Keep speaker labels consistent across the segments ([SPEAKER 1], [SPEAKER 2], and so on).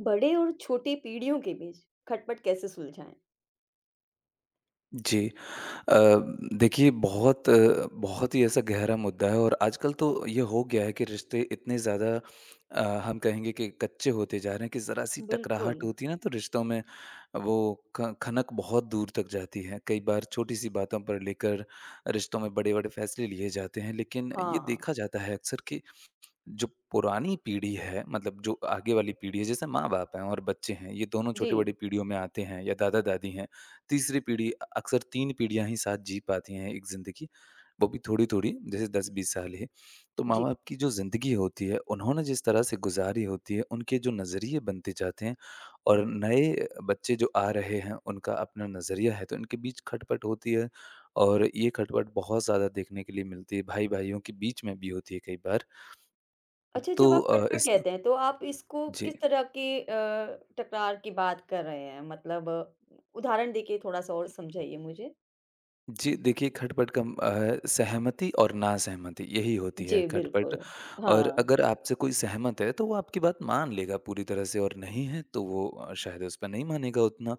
[SPEAKER 1] बड़े और छोटे पीढ़ियों के बीच खटपट कैसे सुलझाएँ?
[SPEAKER 2] जी। अ, देखिए बहुत बहुत ही ऐसा गहरा मुद्दा है और आजकल तो ये हो गया है कि रिश्ते इतने ज़्यादा हम कहेंगे कि कच्चे होते जा रहे हैं कि ज़रा-सी टकराहट
[SPEAKER 1] बिल्कुल।
[SPEAKER 2] होती है ना तो रिश्तों में वो ख खनक बहुत दूर तक जाती है। कई बार छोटी-सी बातों पर लेकर रिश्तों में बड़े-बड़े फैसले लिए जाते हैं। लेकिन ये
[SPEAKER 1] हाँ।
[SPEAKER 2] देखा जाता है अक्सर कि जो पुरानी पीढ़ी है मतलब जो आगे वाली पीढ़ी है जैसे माँ-बाप हैं और बच्चे हैं, ये दोनों छोटी-बड़ी
[SPEAKER 1] जी,
[SPEAKER 2] पीढ़ियों में आते हैं या दादा-दादी हैं। तीसरी पीढ़ी अक्सर 3 पीढ़ियाँ ही साथ जी पाती हैं एक ज़िंदगी, वो भी थोड़ी-थोड़ी जैसे 10-20 साल ही। तो
[SPEAKER 1] जी।
[SPEAKER 2] माँ-बाप की जो ज़िंदगी होती है, उन्होंने जिस तरह से गुज़ारी होती है, उनके जो नज़रिए बनते जाते हैं और नए बच्चे जो आ रहे हैं, उनका अपना नज़रिया है, तो इनके बीच खटपट होती है और ये खटपट बहुत ज़्यादा देखने के लिए मिलती है, भाई-भाइयों के बीच में भी होती है कई बार।
[SPEAKER 1] अच्छा,
[SPEAKER 2] तो
[SPEAKER 1] जब आप
[SPEAKER 2] अ,
[SPEAKER 1] खटपट
[SPEAKER 2] इस
[SPEAKER 1] कहते हैं तो आप इसको
[SPEAKER 2] जी।
[SPEAKER 1] किस तरह के तकरार की बात कर रहे हैं? उदाहरण देके थोड़ा-सा और समझाइए मुझे।
[SPEAKER 2] जी, देखिए खटपट का है सहमति और नासहमति यही होती है
[SPEAKER 1] जी,
[SPEAKER 2] खटपट
[SPEAKER 1] बिल्कुल।
[SPEAKER 2] और
[SPEAKER 1] हाँ,
[SPEAKER 2] अगर आपसे कोई सहमत है तो वो आपकी बात मान लेगा पूरी तरह से और नहीं है तो वो शायद उस पे नहीं मानेगा उतना।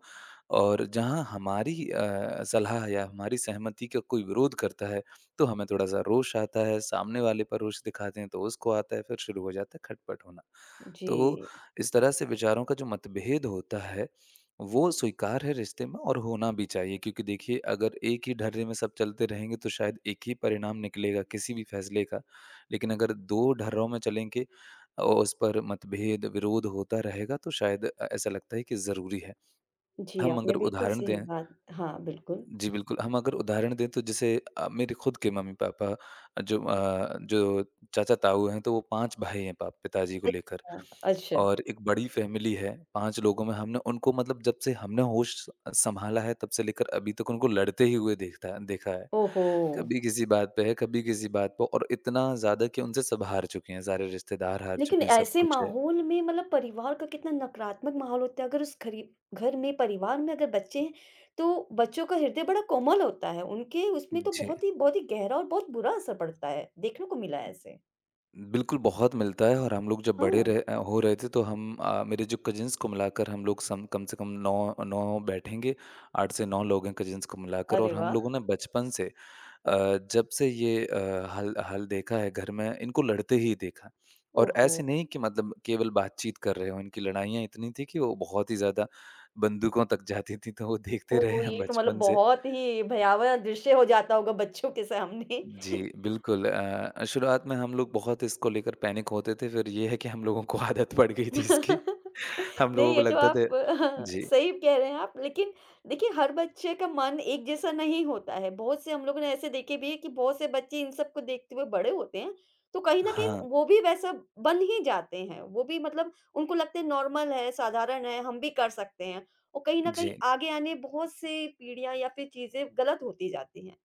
[SPEAKER 2] और जहाँ हमारी सलाह या हमारी सहमति का कोई विरोध करता है तो हमें थोड़ा-सा रोष आता है, सामने वाले पर रोष दिखाते हैं तो उसको आता है फिर शुरू हो जाता है खटपट होना।
[SPEAKER 1] जी।
[SPEAKER 2] तो इस तरह से विचारों का जो मतभेद होता है वो स्वीकार है रिश्ते में और होना भी चाहिए क्योंकि देखिए अगर एक ही ढर्रे में सब चलते रहेंगे तो शायद एक ही परिणाम निकलेगा किसी भी फैसले का। लेकिन अगर 2 ढर्रों में चलेंगे और उस पर मतभेद, विरोध होता रहेगा तो शायद ऐसा लगता है कि ज़रूरी है।
[SPEAKER 1] जी,
[SPEAKER 2] हम
[SPEAKER 1] आपने
[SPEAKER 2] अगर
[SPEAKER 1] बिल्कुल
[SPEAKER 2] उदाहरण
[SPEAKER 1] सही
[SPEAKER 2] दें
[SPEAKER 1] बात। हाँ, बिल्कुल।
[SPEAKER 2] जी, बिल्कुल। हम अगर उदाहरण दें तो जैसे मेरे खुद के मम्मी-पापा जो चाचा-ताऊ हैं तो वो 5 भाई हैं पा पिताजी को लेकर
[SPEAKER 1] अच्छा, अच्छा।
[SPEAKER 2] और एक बड़ी फैमिली है 5 लोगों में हमने उनको मतलब जब से हमने होश सँभाला है तब से लेकर अभी तक उनको लड़ते ही हुए देखता देखा है।
[SPEAKER 1] ओहो!
[SPEAKER 2] कभी किसी बात पे है, कभी किसी बात पे और इतना ज़्यादा कि उनसे सब हार चुके हैं, सारे रिश्तेदार हार
[SPEAKER 1] लेकिन
[SPEAKER 2] चुके हैं, सब
[SPEAKER 1] ऐसे
[SPEAKER 2] कुछ है।
[SPEAKER 1] माहौल में मतलब परिवार का कितना नकारात्मक माहौल होता है। अगर उस घरी घर में परिवार में अगर बच्चे हैं तो बच्चों का हृदय बड़ा कोमल होता है, उनके उसमें तो
[SPEAKER 2] जी।
[SPEAKER 1] बहुत ही गहरा और बहुत बुरा असर पड़ता है, देखने को मिला है ऐसे।
[SPEAKER 2] बिल्कुल, बहुत मिलता है और हम लोग जब
[SPEAKER 1] हाँ,
[SPEAKER 2] हो रहे थे तो मेरे जो कज़िन्स को मिलाकर हम लोग सम कम से कम 9 बैठेंगे, 8 से 9 लोग हैं कज़िन्स को मिलाकर और
[SPEAKER 1] अरे
[SPEAKER 2] हम
[SPEAKER 1] वाह!
[SPEAKER 2] लोगों ने बचपन से अ, जब से ये अ, हल हल देखा है घर में, इनको लड़ते ही देखा। और
[SPEAKER 1] ओहो!
[SPEAKER 2] ऐसे नहीं कि मतलब केवल बातचीत कर रहे हों, इनकी लड़ाइयाँ इतनी थी कि वो बहुत ही ज़्यादा बंदूकों तक जाती थी, तो वो देखते रहे
[SPEAKER 1] ओहो!
[SPEAKER 2] हैं
[SPEAKER 1] ये तो मतलब
[SPEAKER 2] बचपन से।
[SPEAKER 1] बहुत ही भयावह दृश्य हो जाता होगा बच्चों के सामने।
[SPEAKER 2] जी, बिल्कुल शुरुआत में हम लोग बहुत इसको लेकर पैनिक होते थे, फिर ये है कि हम लोगों को आदत पड़ गई थी इसकी। हम
[SPEAKER 1] नहीं,
[SPEAKER 2] लोगों को
[SPEAKER 1] ये तो
[SPEAKER 2] लगता
[SPEAKER 1] आप
[SPEAKER 2] था जी,
[SPEAKER 1] सही कह रहे हैं आप। लेकिन देखिए, हर बच्चे का मन एक जैसा नहीं होता है। बहुत से हम लोगों ने ऐसे देखे भी हैं कि बहुत से बच्चे इन सब को देखते हुए बड़े होते हैं, तो कहीं न कहीं
[SPEAKER 2] हाँ,
[SPEAKER 1] वो भी वैसा बन ही जाते हैं। वो भी मतलब उनको लगता है नॉर्मल है, साधारण है, हम भी कर सकते हैं। और कहीं न कहीं
[SPEAKER 2] जी।
[SPEAKER 1] आगे आने बहुत से पीढ़ियाँ या फिर चीज़ें गलत होती जाती हैं।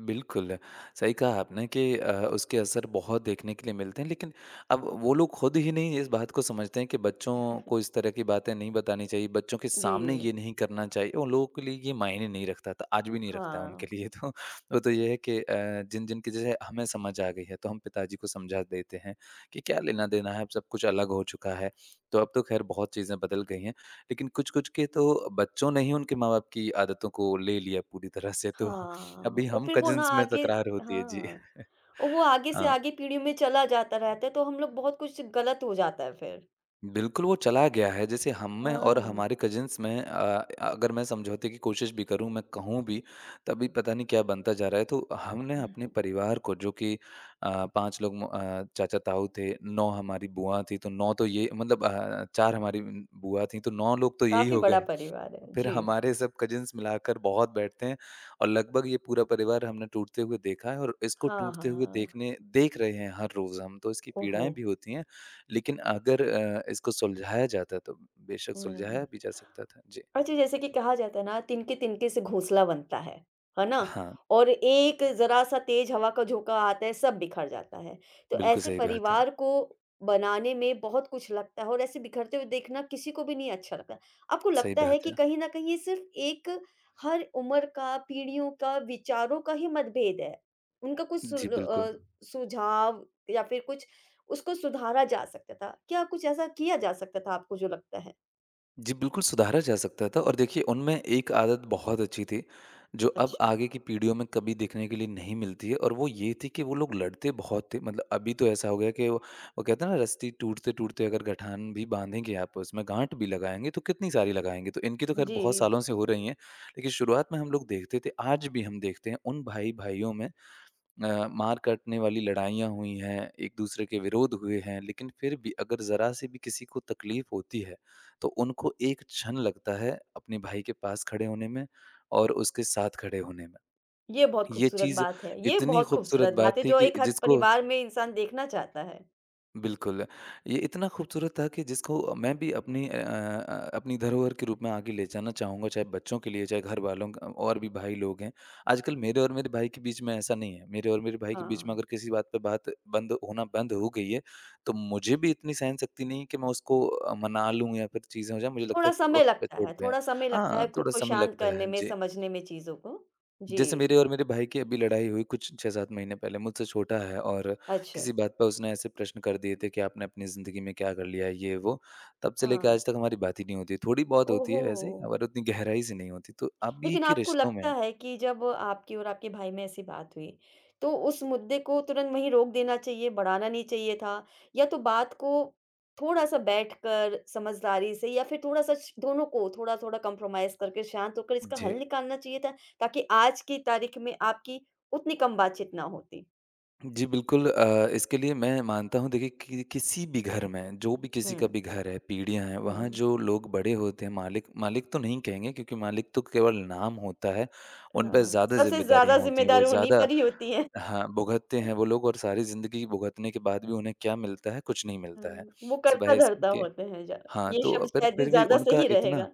[SPEAKER 2] बिल्कुल, सही कहा आपने कि उसके असर बहुत देखने के लिए मिलते हैं, लेकिन अब वो लोग खुद ही नहीं इस बात को समझते हैं कि बच्चों को इस तरह की बातें नहीं बतानी चाहिए, बच्चों के सामने
[SPEAKER 1] जी,
[SPEAKER 2] ये नहीं करना चाहिए, उन लोगों के लिए ये मायने नहीं रखता था, आज भी नहीं रखता है
[SPEAKER 1] हाँ।
[SPEAKER 2] उनके लिए तो। वो तो ये है कि जिन-जिन की जैसे हमें समझ आ गई है, तो हम पिताजी को समझा देते हैं कि क्या लेना-देना है, अब सब कुछ अलग हो चुका है, तो अब तो खैर बहुत चीज़ें बदल गई हैं। लेकिन कुछ-कुछ के तो बच्चों ने ही उनके माँ-बाप की आदतों को ले लिया पूरी तरह से तो
[SPEAKER 1] हाँ,
[SPEAKER 2] अभी
[SPEAKER 1] और
[SPEAKER 2] हम
[SPEAKER 1] फिर वो ना
[SPEAKER 2] कज़िन्स में
[SPEAKER 1] आगे।
[SPEAKER 2] तकरार होती है, जी।
[SPEAKER 1] हाँ, और वो आगे से
[SPEAKER 2] हाँ,
[SPEAKER 1] आगे पीढ़ी में चला जाता रहता है, तो हम लोग बहुत कुछ गलत हो जाता है फिर।
[SPEAKER 2] बिल्कुल वो चला गया है, जैसे हम में और
[SPEAKER 1] हाँ,
[SPEAKER 2] हमारे कज़िन्स में अगर मैं समझौते की कोशिश भी करूँ, मैं कहूँ भी, तभी पता नहीं क्या बनता जा रहा है। तो हमने अपने परिवार को जो कि 5 चाचा-ताऊ थे, 9 हमारी बुआ थी, तो 9 तो ये मतलब 4 हमारी बुआ थीं, तो 9 लोग तो यही
[SPEAKER 1] काफ़ी
[SPEAKER 2] हो
[SPEAKER 1] बड़ा
[SPEAKER 2] गए।
[SPEAKER 1] परिवार है।
[SPEAKER 2] फिर
[SPEAKER 1] जी।
[SPEAKER 2] हमारे सब कजिन्स मिलाकर बहुत बैठते हैं और लगभग ये पूरा परिवार हमने टूटते हुए देखा है और इसको
[SPEAKER 1] हाँ,
[SPEAKER 2] टूटते हुए
[SPEAKER 1] हाँ।
[SPEAKER 2] देख रहे हैं हर रोज़ हम, तो इसकी
[SPEAKER 1] ओहो!
[SPEAKER 2] पीड़ाएँ भी होती हैं। लेकिन अगर इसको सुलझाया जाता तो बेशक सुलझाया
[SPEAKER 1] हुँ।
[SPEAKER 2] भी जा सकता था। जी।
[SPEAKER 1] और जी जैसे कि कहा जाता है ना, तिनके-तिनके से घोंसला बनता है ना?
[SPEAKER 2] हाँ,
[SPEAKER 1] और एक ज़रा-सा तेज़ हवा का झोंका आता है, सब बिखर जाता है। तो
[SPEAKER 2] बिल्कुल
[SPEAKER 1] ऐसे
[SPEAKER 2] सही बात है।
[SPEAKER 1] परिवार को बनाने में बहुत कुछ लगता है और ऐसे बिखरते हुए देखना किसी को भी नहीं अच्छा लगता। आपको
[SPEAKER 2] सही
[SPEAKER 1] लगता है
[SPEAKER 2] बात
[SPEAKER 1] कि
[SPEAKER 2] है।
[SPEAKER 1] कहीं न कहीं ये सिर्फ़ एक हर उम्र का, पीढ़ियों का, विचारों का ही मतभेद है। उनका कुछ
[SPEAKER 2] जी, बिल्कुल।
[SPEAKER 1] सुझाव या फिर कुछ उसको सुधारा जा सकता था। क्या कुछ ऐसा किया जा सकता था आपको जो लगता है?
[SPEAKER 2] जी, बिल्कुल सुधारा जा सकता था और देखिए उनमें एक आदत बहुत अच्छी थी, जो अब
[SPEAKER 1] अच्छा।
[SPEAKER 2] आगे की पीढ़ियों में कभी देखने के लिए नहीं मिलती है और वो ये थी कि वो लोग लड़ते बहुत थे। मतलब अभी तो ऐसा हो गया कि वो कहते हैं ना रस्सी टूटते-टूटते अगर गठान भी बाँधेंगे आप उसमें गाँठ भी लगाएँगे तो कितनी सारी लगाएँगे। तो इनकी तो ख़ैर
[SPEAKER 1] जी।
[SPEAKER 2] बहुत सालों से हो रही हैं, लेकिन शुरुआत में हम लोग देखते थे, आज भी हम देखते हैं उन भाई-भाइयों में मार काटने वाली लड़ाइयाँ हुई हैं, एक दूसरे के विरोध हुए हैं, लेकिन फिर भी अगर ज़रा से भी किसी को तकलीफ़ होती है, तो उनको एक क्षण लगता है अपने भाई के पास खड़े होने में और उसके साथ खड़े होने में।
[SPEAKER 1] ये बहुत
[SPEAKER 2] ये
[SPEAKER 1] खूबसूरत
[SPEAKER 2] चीज़
[SPEAKER 1] बात है, ये
[SPEAKER 2] इतनी
[SPEAKER 1] बहुत हुँ।
[SPEAKER 2] खूबसूरत
[SPEAKER 1] खूबसूरत बात
[SPEAKER 2] बात
[SPEAKER 1] है
[SPEAKER 2] थी
[SPEAKER 1] जो
[SPEAKER 2] कि
[SPEAKER 1] एक हर
[SPEAKER 2] जिसको
[SPEAKER 1] परिवार में इंसान देखना चाहता है।
[SPEAKER 2] बिल्कुल, ये इतना खूबसूरत था कि जिसको मैं भी अपनी अपनी धरोहर के रूप में आगे ले जाना चाहूँगा, चाहे बच्चों के लिए, चाहे घरवालों क और भी भाई लोग हैं। आजकल मेरे और मेरे भाई के बीच में ऐसा नहीं है, मेरे और मेरे भाई के बीच में
[SPEAKER 1] हाँ,
[SPEAKER 2] अगर किसी बात पे बात बंद होना बंद हो गई है, तो मुझे भी इतनी सहनशक्ति नहीं है कि मैं उसको मना लूँ या फिर चीज़ें हो जाएँ, मुझे लगता
[SPEAKER 1] थोड़ा
[SPEAKER 2] है
[SPEAKER 1] समय
[SPEAKER 2] वक़्त पे
[SPEAKER 1] लगता है,
[SPEAKER 2] छोड़ते हैं।
[SPEAKER 1] थोड़ा समय लगता
[SPEAKER 2] हाँ,
[SPEAKER 1] है खुद
[SPEAKER 2] थोड़ा
[SPEAKER 1] को
[SPEAKER 2] समय
[SPEAKER 1] शांत
[SPEAKER 2] लगता
[SPEAKER 1] करने
[SPEAKER 2] है।
[SPEAKER 1] में,
[SPEAKER 2] जी।
[SPEAKER 1] समझने में चीज़ों को।
[SPEAKER 2] जैसे
[SPEAKER 1] जी,
[SPEAKER 2] मेरे और मेरे भाई की अभी लड़ाई हुई कुछ 6-7 महीने पहले, मुझसे छोटा है और
[SPEAKER 1] अच्छा,
[SPEAKER 2] किसी बात पे उसने ऐसे प्रश्न कर दिए थे कि आपने अपनी ज़िंदगी में क्या कर लिया है, ये वो। तब से लेके
[SPEAKER 1] हाँ,
[SPEAKER 2] आज तक हमारी बात ही नहीं होती है, थोड़ी बहुत होती है
[SPEAKER 1] ओहो!
[SPEAKER 2] वैसे और उतनी गहराई से नहीं होती। तो अभी
[SPEAKER 1] लेकिन
[SPEAKER 2] के
[SPEAKER 1] आपको
[SPEAKER 2] रिश्तों
[SPEAKER 1] लगता
[SPEAKER 2] में
[SPEAKER 1] है कि जब आपकी और आपके भाई में ऐसी बात हुई, तो उस मुद्दे को तुरंत वहीं रोक देना चाहिए, बढ़ाना नहीं चाहिए था? या तो बात को थोड़ा-सा बैठकर समझदारी से या फिर थोड़ा-सा श दोनों को थोड़ा-थोड़ा कॉम्प्रोमाइज़ करके शांत होकर इसका
[SPEAKER 2] जी,
[SPEAKER 1] हल निकालना चाहिए था, ताकि आज की तारीख में आपकी उतनी कम बातचीत ना होती?
[SPEAKER 2] जी बिल्कुल इसके लिए मैं मानता हूँ देखिए कि किसी भी घर में, जो भी किसी का
[SPEAKER 1] हुँ,
[SPEAKER 2] भी घर है, पीढ़ियाँ हैं, वहाँ
[SPEAKER 1] हुँ।
[SPEAKER 2] जो लोग बड़े होते हैं मालिक मालिक तो नहीं कहेंगे क्योंकि मालिक तो केवल नाम होता है, उन पे
[SPEAKER 1] हाँ,
[SPEAKER 2] ज़्यादा
[SPEAKER 1] सबसे ज़्यादा
[SPEAKER 2] ज़िम्मेदारियाँ होती हैं, वो
[SPEAKER 1] ज़िम्मेदार उन्हीं
[SPEAKER 2] ज़्यादा
[SPEAKER 1] पर ही होती है।
[SPEAKER 2] हाँ, भुगतते हैं वो लोग और सारी ज़िंदगी भुगतने के बाद भी उन्हें क्या मिलता है? कुछ नहीं मिलता है,
[SPEAKER 1] हाँ, वो
[SPEAKER 2] सिवाय इसके
[SPEAKER 1] कर्ता-धर्ता
[SPEAKER 2] कि
[SPEAKER 1] होते हैं ज़्यादा।
[SPEAKER 2] हाँ,
[SPEAKER 1] ये
[SPEAKER 2] तो
[SPEAKER 1] शब्द
[SPEAKER 2] पर
[SPEAKER 1] शायद
[SPEAKER 2] फिर भी
[SPEAKER 1] ज़्यादा
[SPEAKER 2] उनका
[SPEAKER 1] सही
[SPEAKER 2] इतना
[SPEAKER 1] रहेगा।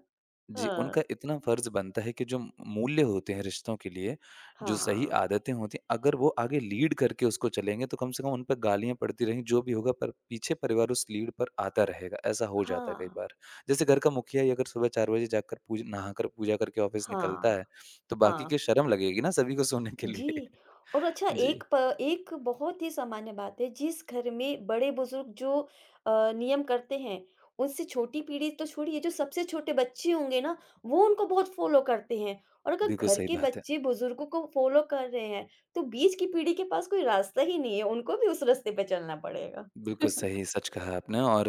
[SPEAKER 2] जी,
[SPEAKER 1] हाँ,
[SPEAKER 2] उनका इतना फ़र्ज़ बनता है कि जो मूल्य होते हैं रिश्तों के लिए, जो सही
[SPEAKER 1] हाँ।
[SPEAKER 2] आदतें होती हैं, अगर वो आगे लीड करके उसको चलेंगे तो कम से कम उन पे गालियाँ पड़ती रहेंगी, जो भी होगा पर पीछे परिवार उस लीड पर आता रहेगा, ऐसा हो जाता है कई
[SPEAKER 1] हाँ,
[SPEAKER 2] बार। जैसे घर का मुखिया ही अगर सुबह 4 बजे जाकर पूज नहाकर पूजा करके ऑफ़िस
[SPEAKER 1] हाँ,
[SPEAKER 2] निकलता है, तो बाकी
[SPEAKER 1] हाँ।
[SPEAKER 2] के शर्म लगेगी ना सभी को सोने के लिए।
[SPEAKER 1] जी, और अच्छा
[SPEAKER 2] जी।
[SPEAKER 1] एक बहुत ही सामान्य बात है। जिस घर में बड़े-बुज़ुर्ग जो नियम करते हैं, उनसे छोटी पीढ़ी तो छोड़िए, जो सबसे छोटे बच्चे होंगे ना, वो उनको बहुत फ़ॉलो करते हैं और अगर
[SPEAKER 2] बिल्कुल
[SPEAKER 1] घर
[SPEAKER 2] सही
[SPEAKER 1] के
[SPEAKER 2] बात है।
[SPEAKER 1] बच्चे बुज़ुर्गों को फ़ॉलो कर रहे हैं, तो बीच की पीढ़ी के पास कोई रास्ता ही नहीं है, उनको भी उस रास्ते पे चलना पड़ेगा।
[SPEAKER 2] बिल्कुल सही, सच कहा आपने और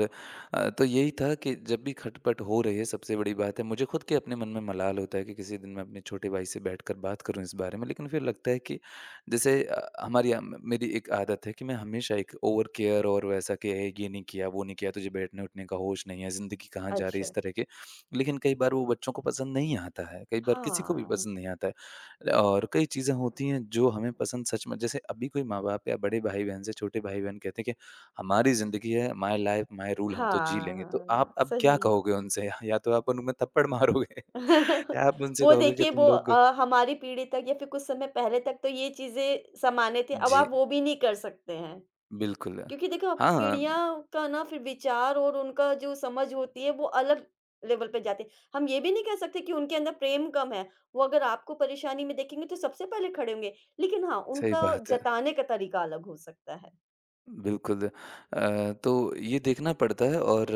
[SPEAKER 2] तो यही था कि जब भी खटपट हो रही है सबसे बड़ी बात है मुझे खुद के अपने मन में मलाल होता है कि किसी दिन मैं अपने छोटे भाई से बैठकर बात करूँ इस बारे में। लेकिन फिर लगता है कि जैसे मेरी एक आदत है कि मैं हमेशा एक ओवर केयर और वैसा कि "ए, ये नहीं किया, वो नहीं किया, तुझे बैठने-उठने का होश नहीं है, ज़िंदगी कहाँ जा रही है?"
[SPEAKER 1] अच्छा।
[SPEAKER 2] इस तरह के। लेकिन कई बार वो बच्चों को पसंद नहीं आता है, कई बार किसी को भी
[SPEAKER 1] हाँ,
[SPEAKER 2] पसंद नहीं आता है और कई चीज़ें होती हैं जो हमें पसंद सच में जैसे अभी कोई माँ-बाप या बड़े भाई-बहन से छोटे भाई-बहन कहते हैं कि हमारी ज़िंदगी है, माय लाइफ माय रूल हम तो जी लेंगे। तो
[SPEAKER 1] हाँ,
[SPEAKER 2] आप अब क्या
[SPEAKER 1] सही।
[SPEAKER 2] कहोगे उनसे? या तो आप उनमें थप्पड़ मारोगे या आप उनसे
[SPEAKER 1] वो
[SPEAKER 2] कहोगे कि
[SPEAKER 1] देखिए,
[SPEAKER 2] तुम
[SPEAKER 1] वो
[SPEAKER 2] लोग
[SPEAKER 1] हमारी पीढ़ी तक या फिर कुछ समय पहले तक तो ये चीज़ें सामान्य थी, अब
[SPEAKER 2] जी,
[SPEAKER 1] आप वो भी नहीं कर सकते हैं।
[SPEAKER 2] बिल्कुल।
[SPEAKER 1] क्योंकि देखो, अब
[SPEAKER 2] हाँ,
[SPEAKER 1] पीढ़ियाँ का ना फिर विचार और उनका जो समझ होती है वो अलग लेवल पे जाती है। हम ये भी नहीं कह सकते कि उनके अंदर प्रेम कम है, वो अगर आपको परेशानी में देखेंगे तो सबसे पहले खड़े होंगे, लेकिन हाँ,
[SPEAKER 2] सही
[SPEAKER 1] उनका
[SPEAKER 2] बात है।
[SPEAKER 1] जताने का तरीका अलग हो सकता है।
[SPEAKER 2] बिल्कुल। अ, तो ये देखना पड़ता है और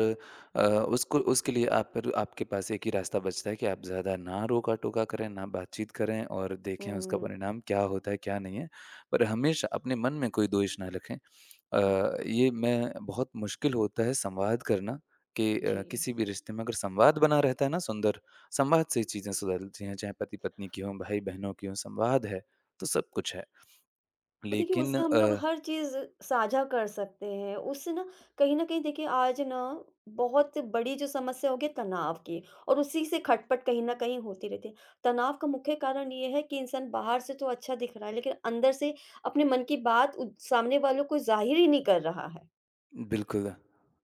[SPEAKER 2] उसको उसके लिए आप पर आपके पास एक ही रास्ता बचता है कि आप ज़्यादा ना रोका-टोका करें, ना बातचीत करें और देखें उसका
[SPEAKER 1] हुँ,
[SPEAKER 2] परिणाम क्या होता है, क्या नहीं है। पर हमेशा अपने मन में कोई दोष ना रखें।
[SPEAKER 1] हाँ,
[SPEAKER 2] ये मैं बहुत मुश्किल होता है संवाद करना कि
[SPEAKER 1] जी।
[SPEAKER 2] किसी भी रिश्ते में अगर संवाद बना रहता है ना सुंदर, संवाद से चीज़ें सुधरती हैं, चाहे पति-पत्नी की हों, भाई-बहनों की हों, संवाद है, तो सब कुछ है।
[SPEAKER 1] और देखिए,
[SPEAKER 2] लेकिन
[SPEAKER 1] उससे हम लोग हर चीज़ साझा कर सकते हैं। उससे ना कहीं न कहीं देखिए, आज ना बहुत बड़ी जो समस्या हो गई तनाव की और उसी से खटपट कहीं न कहीं होती रहती है। तनाव का मुख्य कारण ये है कि इंसान बाहर से तो अच्छा दिख रहा है लेकिन अंदर से अपने मन की बात उ सामने वालों को ज़ाहिर ही नहीं कर रहा है।
[SPEAKER 2] बिल्कुल।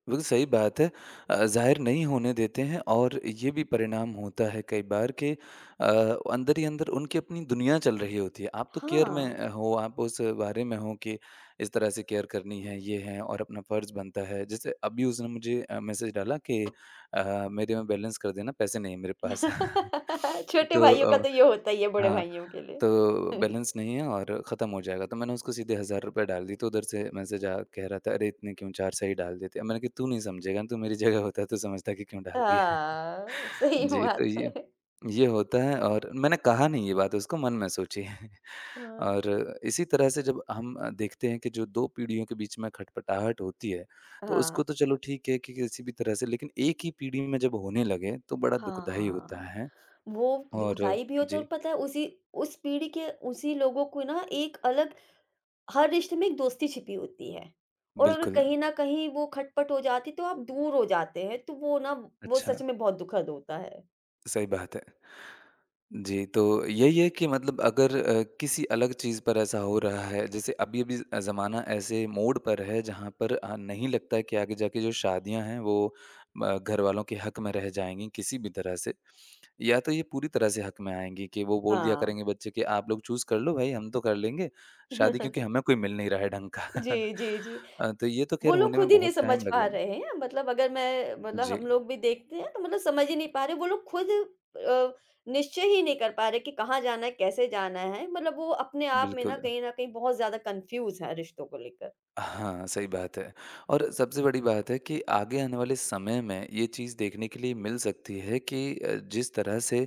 [SPEAKER 2] बिल्कुल सही बात है। ज़ाहिर नहीं होने देते हैं और ये भी परिणाम होता है कई बार कि अंदर ही अंदर उनकी अपनी दुनिया चल रही होती है। आप तो केयर में
[SPEAKER 1] हाँ।
[SPEAKER 2] हो, आप उस बारे में हो कि इस तरह से केयर करनी है, ये है और अपना फ़र्ज़ बनता है। जैसे अभी उसने मुझे मैसेज डाला कि मेरे में बैलेंस कर देना, पैसे नहीं है मेरे पास।
[SPEAKER 1] छोटे
[SPEAKER 2] तो
[SPEAKER 1] भाइयों का
[SPEAKER 2] अ
[SPEAKER 1] तो ये होता ही है बड़े
[SPEAKER 2] हाँ,
[SPEAKER 1] भाइयों के लिए।
[SPEAKER 2] तो बैलेंस नहीं है और ख़त्म हो जाएगा, तो मैंने उसको सीधे ₹1000 डाल दी, तो उधर से मैसेज आ कह रहा था, "अरे! इतने क्यों 400 ही डाल देते।" अब मैंने कहा, "तू नहीं समझेगा, तू मेरी जगह होता तो समझता कि क्यों डाल दिए हैं।"
[SPEAKER 1] हाँ, सही
[SPEAKER 2] जी, तो
[SPEAKER 1] बात
[SPEAKER 2] ये
[SPEAKER 1] है।
[SPEAKER 2] ये होता है और मैंने कहा नहीं ये बात उसको, मन में सोची है।
[SPEAKER 1] हाँ,
[SPEAKER 2] और इसी तरह से जब हम देखते हैं कि जो 2 पीढ़ियों के बीच में खटपटाहट होती है, तो
[SPEAKER 1] हाँ।
[SPEAKER 2] उसको तो चलो ठीक है कि किसी भी तरह से लेकिन एक ही पीढ़ी में जब होने लगे, तो बड़ा दुखदाई होता
[SPEAKER 1] हाँ,
[SPEAKER 2] है।
[SPEAKER 1] वो
[SPEAKER 2] और
[SPEAKER 1] दुखदाई भी होता है
[SPEAKER 2] जी,
[SPEAKER 1] और पता है उसी उस पीढ़ी के उसी लोगों को ना एक अलग हर रिश्ते में एक दोस्ती छिपी होती है और अगर
[SPEAKER 2] बिल्कुल।
[SPEAKER 1] कहीं न कहीं वो खटपट हो जाती तो आप दूर हो जाते हैं, तो वो ना वो
[SPEAKER 2] अच्छा।
[SPEAKER 1] सच में बहुत दुखद होता है।
[SPEAKER 2] सही बात है। जी, तो यही है कि मतलब अगर किसी अलग चीज़ पर ऐसा हो रहा है, जैसे अभी-अभी ज़ ज़माना ऐसे मोड़ पर है जहाँ पर नहीं लगता है कि आगे जाके जो शादियाँ हैं वो घरवालों के हक में रह जाएँगी किसी भी तरह से। या तो ये पूरी तरह से हक में आएँगी कि वो बोल दिया
[SPEAKER 1] हाँ।
[SPEAKER 2] करेंगे बच्चे कि आप लोग चूज़ कर लो भाई हम तो कर लेंगे, शादी क्योंकि हमें कोई मिल नहीं रहा है ढंग का।
[SPEAKER 1] जी, जी, जी।
[SPEAKER 2] तो ये तो ख़ैर
[SPEAKER 1] वो लोग
[SPEAKER 2] होने में
[SPEAKER 1] खुद ही नहीं
[SPEAKER 2] बहुत
[SPEAKER 1] समझ
[SPEAKER 2] टाइम
[SPEAKER 1] पा
[SPEAKER 2] लगेगा।
[SPEAKER 1] रहे हैं। मतलब अगर मैं मतलब
[SPEAKER 2] जी,
[SPEAKER 1] हम लोग भी देखते हैं तो मतलब समझ ही नहीं पा रहे वो लोग खुद अ, निश्चय ही नहीं कर पा रहे कि कहाँ जाना है, कैसे जाना है। मतलब वो अपने आप में ना
[SPEAKER 2] बिल्कुल।
[SPEAKER 1] कहीं न कहीं बहुत ज़्यादा कन्फ्यूज़ है रिश्तों को लेकर।
[SPEAKER 2] हाँ, सही बात है। और सबसे बड़ी बात है कि आगे आने वाले समय में ये चीज़ देखने के लिए मिल सकती है कि जिस तरह से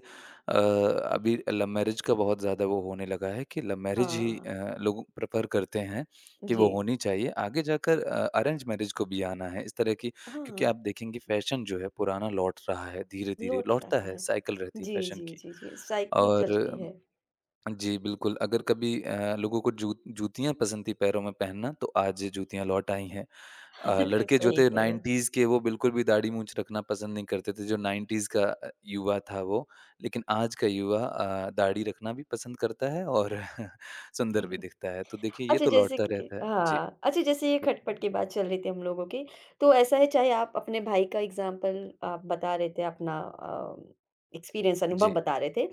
[SPEAKER 2] अ, अभी लव मैरिज का बहुत ज़्यादा वो होने लगा है कि लव मैरिज ही
[SPEAKER 1] हाँ,
[SPEAKER 2] लोग प्रेफ़र करते हैं कि वो
[SPEAKER 1] जी।
[SPEAKER 2] होनी चाहिए। आगे जाकर अरेंज मैरिज को भी आना है इस तरह की क्योंकि
[SPEAKER 1] हाँ,
[SPEAKER 2] आप देखेंगे फ़ैशन जो है पुराना लौट रहा है, धीरे-धीरे
[SPEAKER 1] लौट
[SPEAKER 2] लौटता
[SPEAKER 1] रहा
[SPEAKER 2] है,
[SPEAKER 1] है।
[SPEAKER 2] साइकिल रहती है
[SPEAKER 1] जी,
[SPEAKER 2] फ़ैशन
[SPEAKER 1] जी,
[SPEAKER 2] की।
[SPEAKER 1] जी, जी, साइकिल चल
[SPEAKER 2] और
[SPEAKER 1] रही है।
[SPEAKER 2] जी, बिल्कुल, अगर कभी लोगों को जू जूतियाँ पसंद थी पैरों में पहनना, तो आज जूतियाँ लौट आई हैं। लड़के जो
[SPEAKER 1] सही
[SPEAKER 2] थे
[SPEAKER 1] कह रहे
[SPEAKER 2] 90s के वो बिल्कुल भी दाढ़ी-मूँछ रखना पसंद नहीं करते थे, जो 90s का युवा था वो। लेकिन आज का युवा दाढ़ी रखना भी पसंद करता है और सुंदर भी
[SPEAKER 1] हैं।
[SPEAKER 2] दिखता है। तो देखिए, ये
[SPEAKER 1] अच्छा
[SPEAKER 2] तो
[SPEAKER 1] जैसे
[SPEAKER 2] लौटता रहता
[SPEAKER 1] कि
[SPEAKER 2] है। जी,
[SPEAKER 1] हाँ, अच्छा जैसे ये
[SPEAKER 2] बिल
[SPEAKER 1] खटपट की बात चल रही थी हम लोगों की, तो ऐसा है चाहे आप अपने भाई का एग्ज़ाम्पल आप बता रहे थे अपना एक्सपीरियंस, अनुभव
[SPEAKER 2] जी,
[SPEAKER 1] बता रहे थे।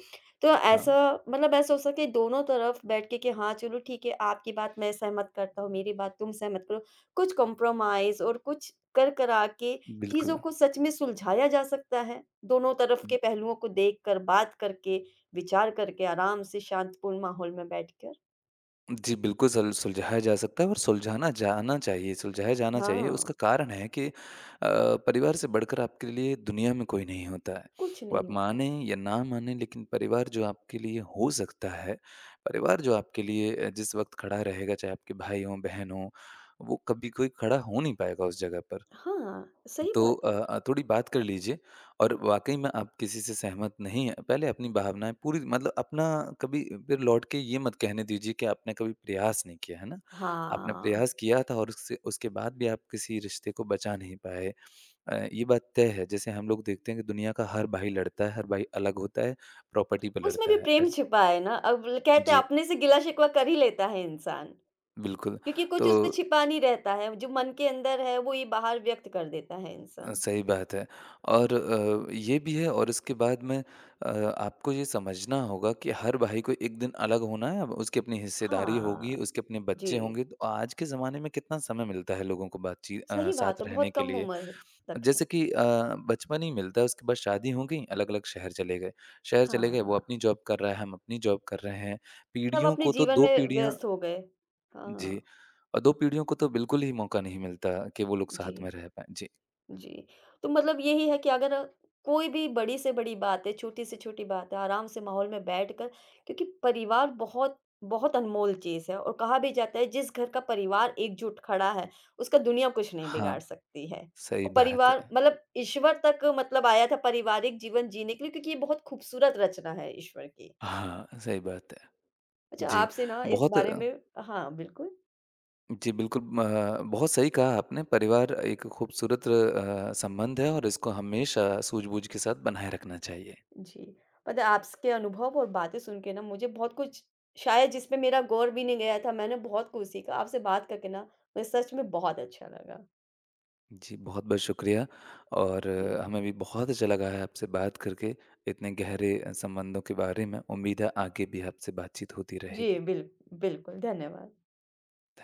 [SPEAKER 1] तो
[SPEAKER 2] हाँ,
[SPEAKER 1] ऐसा मतलब ऐसा हो सकता है दोनों तरफ बैठ के कि हाँ, चलो ठीक है, आपकी बात मैं सहमत करता हूँ, मेरी बात तुम सहमत करो। कुछ कॉम्प्रोमाइज़ और कुछ कर-करा के चीज़ों
[SPEAKER 2] बिल्कुल।
[SPEAKER 1] को सच में सुलझाया जा सकता है। दोनों तरफ के पहलुओं को देखकर, बात करके, विचार करके, आराम से शांतिपूर्ण माहौल में बैठकर।
[SPEAKER 2] जी, बिल्कुल सल सुलझाया जा सकता है और सुलझाना जाना चाहिए सुलझाया जाना चाहिए।
[SPEAKER 1] हाँ।
[SPEAKER 2] उसका कारण है कि परिवार से बढ़कर आपके लिए दुनिया में कोई नहीं होता है।
[SPEAKER 1] कुछ
[SPEAKER 2] वो आप
[SPEAKER 1] नहीं होता
[SPEAKER 2] माने
[SPEAKER 1] है।
[SPEAKER 2] या ना माने लेकिन परिवार जो आपके लिए हो सकता है, परिवार जो आपके लिए जिस वक़्त खड़ा रहेगा चाहे आपके भाई हों, बहन हों, वो कभी कोई खड़ा हो नहीं पाएगा उस जगह पर।
[SPEAKER 1] हाँ, सही
[SPEAKER 2] तो
[SPEAKER 1] बात है।
[SPEAKER 2] थोड़ी बात कर लीजिए और वाक़ई में आप किसी से सहमत नहीं हैं, पहले अपनी भावनाएँ पूरी मतलब अपना कभी फिर लौट के ये मत कहने दीजिए कि आपने कभी प्रयास नहीं किया, है ना? आपने
[SPEAKER 1] हाँ,
[SPEAKER 2] प्रयास किया था और उससे उसके बाद भी आप किसी रिश्ते को बचा नहीं पाए। ये बात तय है, जैसे हम लोग देखते हैं कि दुनिया का हर भाई लड़ता है, हर भाई अलग होता है, प्रॉपर्टी पे
[SPEAKER 1] उसमें भी
[SPEAKER 2] लड़ता है।
[SPEAKER 1] प्रेम
[SPEAKER 2] ऐस
[SPEAKER 1] छिपा है ना, अब ल कहते हैं
[SPEAKER 2] जी,
[SPEAKER 1] अपने से गिला-शिकवा कर ही लेता है इंसान,
[SPEAKER 2] बिल्कुल।
[SPEAKER 1] क्योंकि
[SPEAKER 2] तो
[SPEAKER 1] कुछ उसमें छिपा नहीं रहता है, जो मन के अंदर है वो ये बाहर व्यक्त कर देता है इंसान।
[SPEAKER 2] सही बात है और ये भी है और इसके बाद में आपको ये समझना होगा कि हर भाई को एक दिन अलग होना है, अब उसकी अपनी हिस्सेदारी होगी,
[SPEAKER 1] हाँ,
[SPEAKER 2] उसके अपने बच्चे
[SPEAKER 1] जी,
[SPEAKER 2] होंगे, तो आज के ज़माने में कितना समय मिलता है लोगों को बातचीत
[SPEAKER 1] सही
[SPEAKER 2] साथ
[SPEAKER 1] बात है,
[SPEAKER 2] रहने
[SPEAKER 1] बहुत
[SPEAKER 2] के
[SPEAKER 1] कम
[SPEAKER 2] लिए।
[SPEAKER 1] उम्र है तक है।
[SPEAKER 2] जैसे कि बचपन ही मिलता है, उसके बाद शादी हो गई, अलग-अलग शहर चले गए। शहर चले गए,
[SPEAKER 1] हाँ,
[SPEAKER 2] वो अपनी जॉब कर रहा है, हम अपनी जॉब कर रहे हैं।
[SPEAKER 1] सब
[SPEAKER 2] पीढ़ियों
[SPEAKER 1] अपने
[SPEAKER 2] को तो
[SPEAKER 1] जीवन
[SPEAKER 2] 2
[SPEAKER 1] में
[SPEAKER 2] पीढ़ियाँ
[SPEAKER 1] व्यस्त हो गए।
[SPEAKER 2] जी,
[SPEAKER 1] हाँ,
[SPEAKER 2] और 2 पीढ़ियों को तो बिल्कुल ही मौका नहीं मिलता कि वो लोग
[SPEAKER 1] जी।
[SPEAKER 2] साथ में रह पाएँ। जी,
[SPEAKER 1] जी। तो मतलब यही है कि अगर कोई भी बड़ी से बड़ी बात है, छोटी से छोटी बात है, आराम से माहौल में बैठकर क्योंकि परिवार बहुत बहुत अनमोल चीज़ है और कहा भी जाता है जिस घर का परिवार एकजुट खड़ा है, उसका दुनिया कुछ नहीं
[SPEAKER 2] हाँ।
[SPEAKER 1] बिगाड़ सकती है।
[SPEAKER 2] सही
[SPEAKER 1] और
[SPEAKER 2] बात
[SPEAKER 1] परिवार
[SPEAKER 2] है।
[SPEAKER 1] मतलब ईश्वर तक मतलब आया था पारिवारिक जीवन जीने के लिए क्योंकि ये बहुत खूबसूरत रचना है ईश्वर की।
[SPEAKER 2] हाँ, सही बात है।
[SPEAKER 1] अच्छा,
[SPEAKER 2] जी,
[SPEAKER 1] आपसे ना इस
[SPEAKER 2] बहुत
[SPEAKER 1] बारे में। हाँ, बिल्कुल।
[SPEAKER 2] जी, बिल्कुल म बहुत सही कहा आपने, परिवार एक खूबसूरत संबंध है और इसको हमेशा सूझबूझ के साथ बनाए रखना चाहिए।
[SPEAKER 1] जी। पता है, आपके अनुभव और बातें सुन के ना मुझे बहुत कुछ शायद जिसमें मेरा गौर भी नहीं गया था, मैंने बहुत कुछ सीखा। आपसे बात करके ना मुझे सच में बहुत अच्छा लगा।
[SPEAKER 2] जी, बहुत-बहुत शुक्रिया और
[SPEAKER 1] जी,
[SPEAKER 2] हमें भी बहुत अच्छा लगा है आपसे बात करके, इतने गहरे संबंधों के बारे में। उम्मीद है आगे भी आपसे बातचीत होती
[SPEAKER 1] जी
[SPEAKER 2] रहेगी।
[SPEAKER 1] बिल बिल्कुल, धन्यवाद।
[SPEAKER 2] धन्य